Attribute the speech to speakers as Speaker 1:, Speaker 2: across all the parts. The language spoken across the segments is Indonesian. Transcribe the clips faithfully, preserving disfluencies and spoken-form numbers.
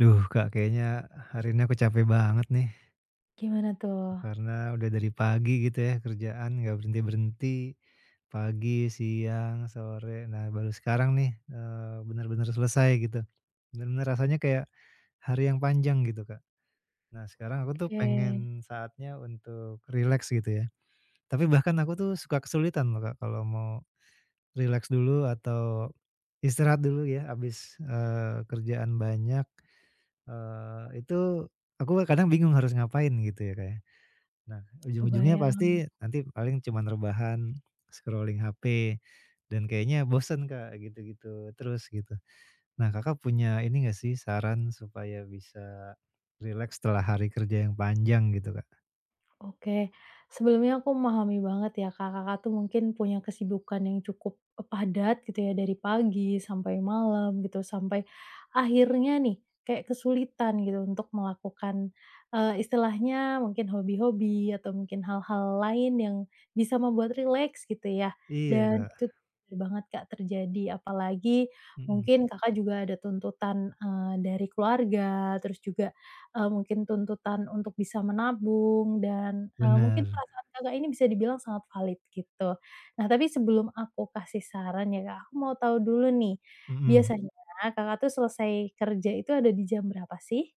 Speaker 1: Duh Kak, kayaknya hari ini aku capek banget nih,
Speaker 2: Gimana tuh?
Speaker 1: karena udah dari pagi gitu ya kerjaan nggak berhenti-berhenti, pagi, siang, sore, nah baru sekarang nih, eee, benar bener selesai gitu. Benar-benar rasanya kayak hari yang panjang gitu, Kak. Nah sekarang aku tuh
Speaker 2: Oke,
Speaker 1: pengen saatnya untuk rileks gitu ya, tapi bahkan aku tuh suka kesulitan loh Kak kalau mau rileks dulu atau istirahat dulu ya abis eee, kerjaan banyak. Eee, itu aku kadang bingung harus ngapain gitu ya, Kak, ya. Nah, ujung-ujungnya
Speaker 2: kebayang.
Speaker 1: pasti nanti paling cuman rebahan, scrolling H P, dan kayaknya bosen, Kak, gitu-gitu terus gitu. Nah, Kakak punya ini nggak sih saran supaya bisa rileks setelah hari kerja yang panjang gitu, Kak?
Speaker 2: Oke, sebelumnya aku memahami banget ya, Kak, Kakak tuh mungkin punya kesibukan yang cukup, eh, padat gitu ya, dari pagi sampai malam gitu, sampai akhirnya nih kayak kesulitan gitu untuk melakukan, eee, istilahnya mungkin hobi-hobi atau mungkin hal-hal lain yang bisa membuat rileks gitu ya,
Speaker 1: Iya,
Speaker 2: dan
Speaker 1: Kak,
Speaker 2: itu tuh bener banget, Kak, terjadi. Apalagi
Speaker 1: mhm,
Speaker 2: mungkin Kakak juga ada tuntutan, eee, dari keluarga, terus juga Eee, mungkin tuntutan untuk bisa menabung dan, eee, mungkin
Speaker 1: bener,
Speaker 2: perasaan Kakak ini bisa dibilang sangat valid gitu. Nah, tapi sebelum aku kasih saran ya Kak, aku mau tahu dulu nih,
Speaker 1: mhm,
Speaker 2: biasanya Kakak tuh selesai kerja itu ada di jam berapa sih?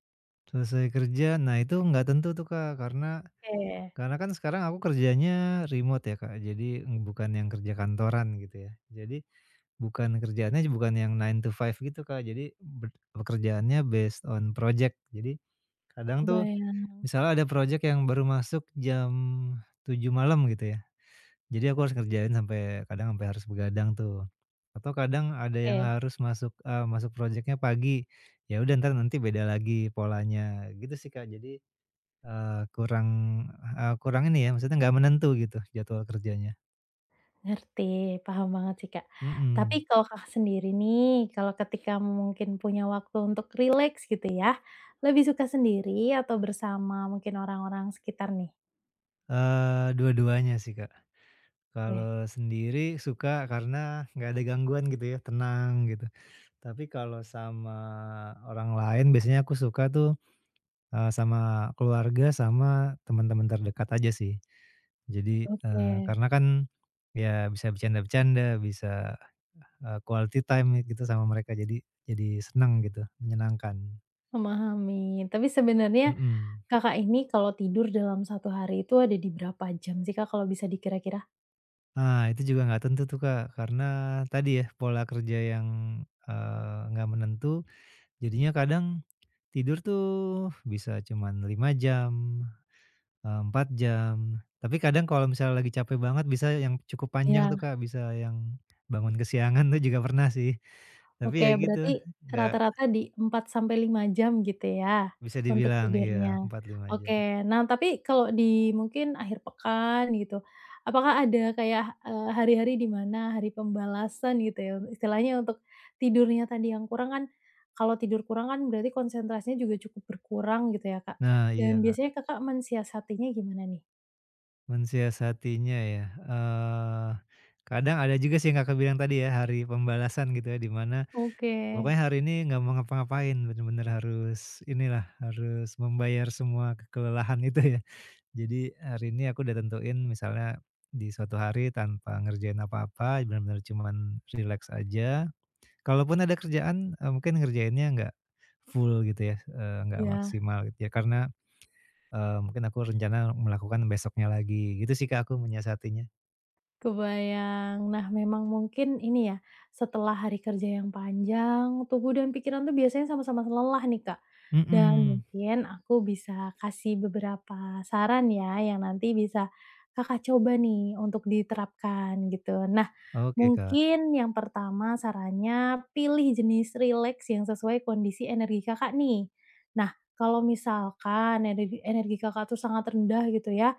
Speaker 1: selesai kerja, nah itu nggak tentu tuh, Kak, karena
Speaker 2: Oke,
Speaker 1: karena kan sekarang aku kerjanya remote ya, Kak, jadi bukan yang kerja kantoran gitu ya. Jadi bukan kerjaannya, bukan yang nine to five gitu, Kak. Jadi bed pekerjaannya based on project. Jadi kadang tuh
Speaker 2: kebayang.
Speaker 1: misalnya ada project yang baru masuk jam tujuh malam gitu ya. Jadi aku harus ngerjain sampai kadang sampai harus begadang tuh. Atau kadang ada yang
Speaker 2: Oke,
Speaker 1: harus masuk, eee, masuk projectnya pagi. Ya udah ntar nanti beda lagi polanya, gitu sih, Kak. Jadi, eee, kurang, eee, kurang ini ya, maksudnya nggak menentu gitu jadwal kerjanya.
Speaker 2: ngerti, paham banget sih Kak. Tapi
Speaker 1: Mhm,
Speaker 2: kalau Kakak sendiri nih, kalau ketika mungkin punya waktu untuk rileks gitu ya, lebih suka sendiri atau bersama mungkin orang-orang sekitar nih?
Speaker 1: eee, dua-duanya sih, Kak.
Speaker 2: Oke,
Speaker 1: Kalau sendiri suka karena nggak ada gangguan gitu ya, tenang gitu. Tapi kalau sama orang lain biasanya aku suka tuh, eee, sama keluarga sama teman-teman terdekat aja sih. Jadi, eee,
Speaker 2: oke.
Speaker 1: karena kan ya bisa bercanda-bercanda, bisa, eee, quality time gitu sama mereka, jadi jadi senang gitu, menyenangkan.
Speaker 2: Memahami. Tapi sebenarnya
Speaker 1: Mhm.
Speaker 2: Kakak ini kalau tidur dalam satu hari itu ada di berapa jam sih, Kak, kalau bisa dikira-kira?
Speaker 1: Nah itu juga nggak tentu tuh, Kak, karena tadi ya pola kerja yang, eee, nggak menentu, jadinya kadang tidur tuh bisa cuman lima jam, eee, empat jam, tapi kadang kalau misalnya lagi capek banget bisa yang cukup panjang tuh,
Speaker 2: Iya.
Speaker 1: Kak, bisa yang bangun kesiangan tuh juga pernah sih. Tapi
Speaker 2: Oke,
Speaker 1: ya gitu,
Speaker 2: berarti
Speaker 1: nggak
Speaker 2: rata-rata di empat sampai lima jam gitu ya,
Speaker 1: bisa
Speaker 2: untuk
Speaker 1: dibilang iya,
Speaker 2: tidurnya.
Speaker 1: empat lima jam.
Speaker 2: Oke, nah tapi kalau di mungkin akhir pekan gitu, apakah ada kayak, eee, hari-hari di mana hari pembalasan gitu ya, istilahnya untuk tidurnya tadi yang kurang kan, kalau tidur kurang kan berarti konsentrasinya juga cukup berkurang gitu ya, Kak,
Speaker 1: Nah iya,
Speaker 2: dan
Speaker 1: Kak,
Speaker 2: biasanya Kakak mensiasatinya gimana nih?
Speaker 1: mensiasatinya ya, eee, kadang ada juga sih yang Kakak bilang tadi ya hari pembalasan gitu ya, di mana
Speaker 2: Oke,
Speaker 1: pokoknya hari ini nggak mau ngapa-ngapain, bener-bener harus inilah, harus membayar semua kelelahan itu ya. Jadi hari ini aku udah tentuin misalnya di suatu hari tanpa ngerjain apa-apa, bener-bener cuman relax aja. Kalaupun ada kerjaan, eee, mungkin ngerjainnya nggak full gitu ya, eee, nggak
Speaker 2: ya.
Speaker 1: maksimal gitu ya, karena, eee, mungkin aku rencana melakukan besoknya lagi, gitu sih Kak aku menyiasatinya.
Speaker 2: Kebayang. Nah, memang mungkin ini ya, setelah hari kerja yang panjang, tubuh dan pikiran tuh biasanya sama-sama lelah nih, Kak. Dan
Speaker 1: Mhm.
Speaker 2: mungkin aku bisa kasih beberapa saran ya, yang nanti bisa Kakak coba nih untuk diterapkan gitu. Nah,
Speaker 1: Oke, Kak,
Speaker 2: mungkin yang pertama sarannya pilih jenis relax yang sesuai kondisi energi Kakak nih. Nah, kalau misalkan energi energi Kakak tuh sangat rendah gitu ya,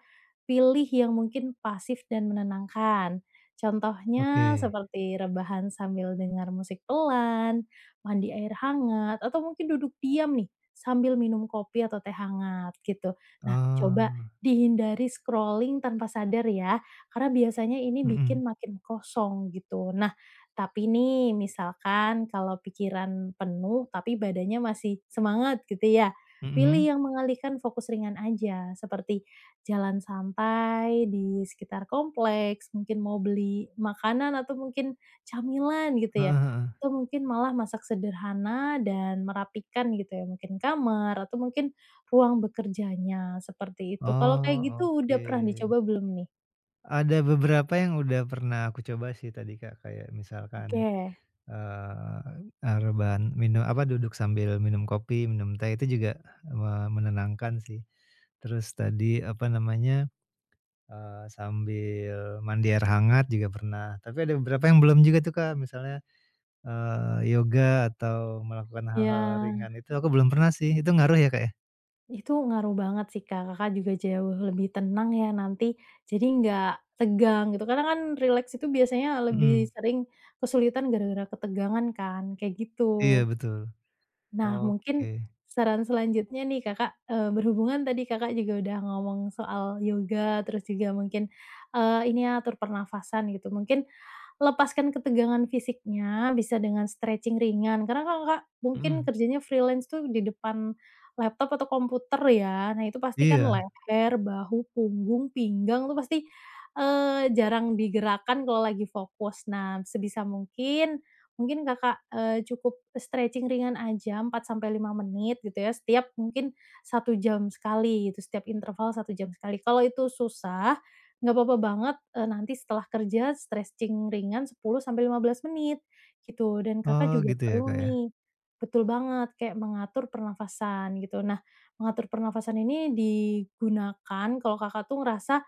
Speaker 2: pilih yang mungkin pasif dan menenangkan. Contohnya
Speaker 1: oke.
Speaker 2: seperti rebahan sambil dengar musik pelan, mandi air hangat, atau mungkin duduk diam nih sambil minum kopi atau teh hangat gitu. Nah, coba
Speaker 1: Oh,
Speaker 2: dihindari scrolling tanpa sadar ya, karena biasanya ini
Speaker 1: mhm,
Speaker 2: bikin makin kosong gitu. Nah, tapi nih misalkan kalau pikiran penuh tapi badannya masih semangat gitu ya, pilih
Speaker 1: mhm,
Speaker 2: yang mengalihkan fokus ringan aja seperti jalan santai di sekitar kompleks, mungkin mau beli makanan atau mungkin camilan gitu ya,
Speaker 1: heeh heeh.
Speaker 2: atau mungkin malah masak sederhana dan merapikan gitu ya, mungkin kamar atau mungkin ruang bekerjanya, seperti itu. Kalau kayak
Speaker 1: Oh,
Speaker 2: gitu udah
Speaker 1: oke.
Speaker 2: pernah dicoba belum nih?
Speaker 1: Ada beberapa yang udah pernah aku coba sih tadi, Kak, kayak misalkan,
Speaker 2: Oke.
Speaker 1: eee, eee, rebahan minu apa, duduk sambil minum kopi, minum teh itu juga, eee, menenangkan sih. Terus tadi, apa namanya, eee, sambil mandi air hangat juga pernah. Tapi ada beberapa yang belum juga tuh, Kak, misalnya, eee, yoga atau melakukan hal-hal
Speaker 2: Ya,
Speaker 1: ringan itu aku belum pernah sih. Itu ngaruh ya, Kak, ya?
Speaker 2: itu ngaruh banget sih, Kak. Kakak juga jauh lebih tenang ya nanti, jadi nggak tegang gitu, karena kan relax itu biasanya lebih
Speaker 1: Mhm,
Speaker 2: sering kesulitan gara-gara ketegangan kan, kayak gitu.
Speaker 1: iya betul.
Speaker 2: Nah,
Speaker 1: Oke,
Speaker 2: mungkin saran selanjutnya nih, Kakak, eee, berhubungan tadi Kakak juga udah ngomong soal yoga, terus juga mungkin, eee, ini ya, atur pernafasan gitu. Mungkin lepaskan ketegangan fisiknya bisa dengan stretching ringan, karena kan, Kakak mungkin
Speaker 1: mhm,
Speaker 2: kerjanya freelance tuh di depan laptop atau komputer ya. Nah, itu pasti kan
Speaker 1: iya.
Speaker 2: leher, bahu, punggung, pinggang tuh pasti, eee, jarang digerakkan kalau lagi fokus. Nah, sebisa mungkin Mungkin Kakak, eee, cukup stretching ringan aja empat sampai lima menit gitu ya, setiap mungkin satu jam sekali gitu, setiap interval satu jam sekali. Kalau itu susah, nggak apa-apa banget, eee, nanti setelah kerja stretching ringan sepuluh sampai lima belas menit gitu, dan Kakak
Speaker 1: Oh
Speaker 2: juga
Speaker 1: gitu ya,
Speaker 2: perlu
Speaker 1: Kak, ya?
Speaker 2: nih betul banget, kayak mengatur pernafasan gitu. Nah, mengatur pernafasan ini digunakan kalau Kakak tuh ngerasa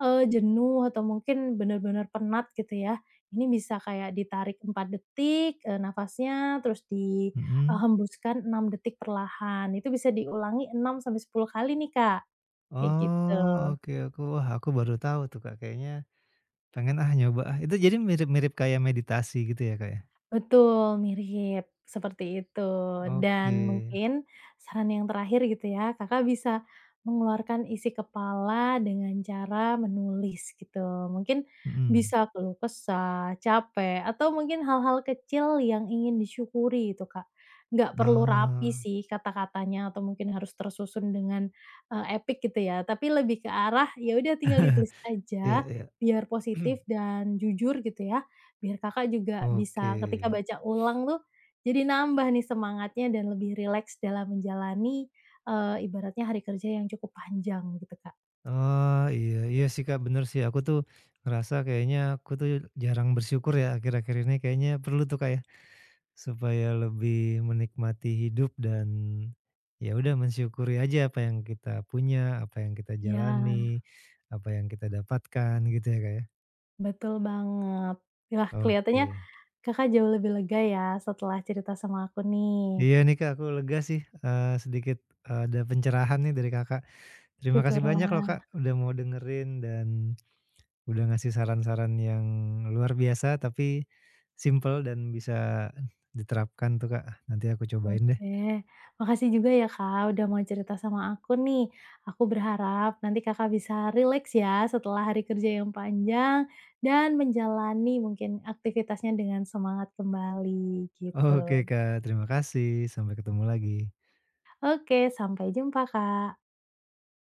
Speaker 2: Eee, jenuh atau mungkin benar-benar penat gitu ya. Ini bisa kayak ditarik empat detik, eee, nafasnya, terus
Speaker 1: Mhm.
Speaker 2: dihembuskan enam detik perlahan. Itu bisa diulangi enam sampai sepuluh kali nih, Kak, kayak gitu.
Speaker 1: Oh oke, aku, wah, aku baru tahu tuh, Kak, kayaknya pengen ah nyoba ah, itu jadi mirip-mirip kayak meditasi gitu ya, Kak, ya?
Speaker 2: Betul, mirip, seperti itu.
Speaker 1: Oke,
Speaker 2: Dan mungkin saran yang terakhir gitu ya, Kakak bisa mengeluarkan isi kepala dengan cara menulis gitu. Mungkin
Speaker 1: mhm.
Speaker 2: bisa keluh kesah, capek, atau mungkin hal-hal kecil yang ingin disyukuri itu, Kak. Nggak perlu rapi
Speaker 1: Oh,
Speaker 2: sih kata-katanya atau mungkin harus tersusun dengan, eee, epic gitu ya, tapi lebih ke arah, ya udah tinggal ditulis
Speaker 1: iya
Speaker 2: aja
Speaker 1: iya.
Speaker 2: biar positif dan jujur gitu ya. Biar Kakak juga
Speaker 1: Oke.
Speaker 2: bisa ketika baca ulang tuh, jadi nambah nih semangatnya dan lebih rileks dalam menjalani, eee, ibaratnya hari kerja yang cukup panjang gitu, Kak.
Speaker 1: Oh iya iya sih, Kak, bener sih, aku tuh ngerasa kayaknya aku tuh jarang bersyukur ya akhir-akhir ini, kayaknya perlu tuh, Kak, ya? Supaya lebih menikmati hidup dan, ya udah mensyukuri aja apa yang kita punya, apa yang kita
Speaker 2: Ya,
Speaker 1: jalani, apa yang kita dapatkan gitu ya, Kak, ya?
Speaker 2: betul banget. Wah, kelihatannya
Speaker 1: Oke.
Speaker 2: Kakak jauh lebih lega ya setelah cerita sama aku nih.
Speaker 1: Iya nih, Kak, aku lega sih, eee, sedikit eh, ada pencerahan nih dari Kakak. Terima kasih banyak loh,
Speaker 2: Syukurlah.
Speaker 1: Kak, udah mau dengerin dan udah ngasih saran-saran yang luar biasa tapi simple dan bisa diterapkan tuh, Kak. Nanti aku cobain deh.
Speaker 2: Oke, makasih juga ya Kak, udah mau cerita sama aku nih. Aku berharap nanti Kakak bisa rileks ya setelah hari kerja yang panjang dan menjalani mungkin aktivitasnya dengan semangat kembali
Speaker 1: Oke,
Speaker 2: gitu.
Speaker 1: Kak, terima kasih, sampai ketemu lagi.
Speaker 2: Oke, sampai jumpa Kak.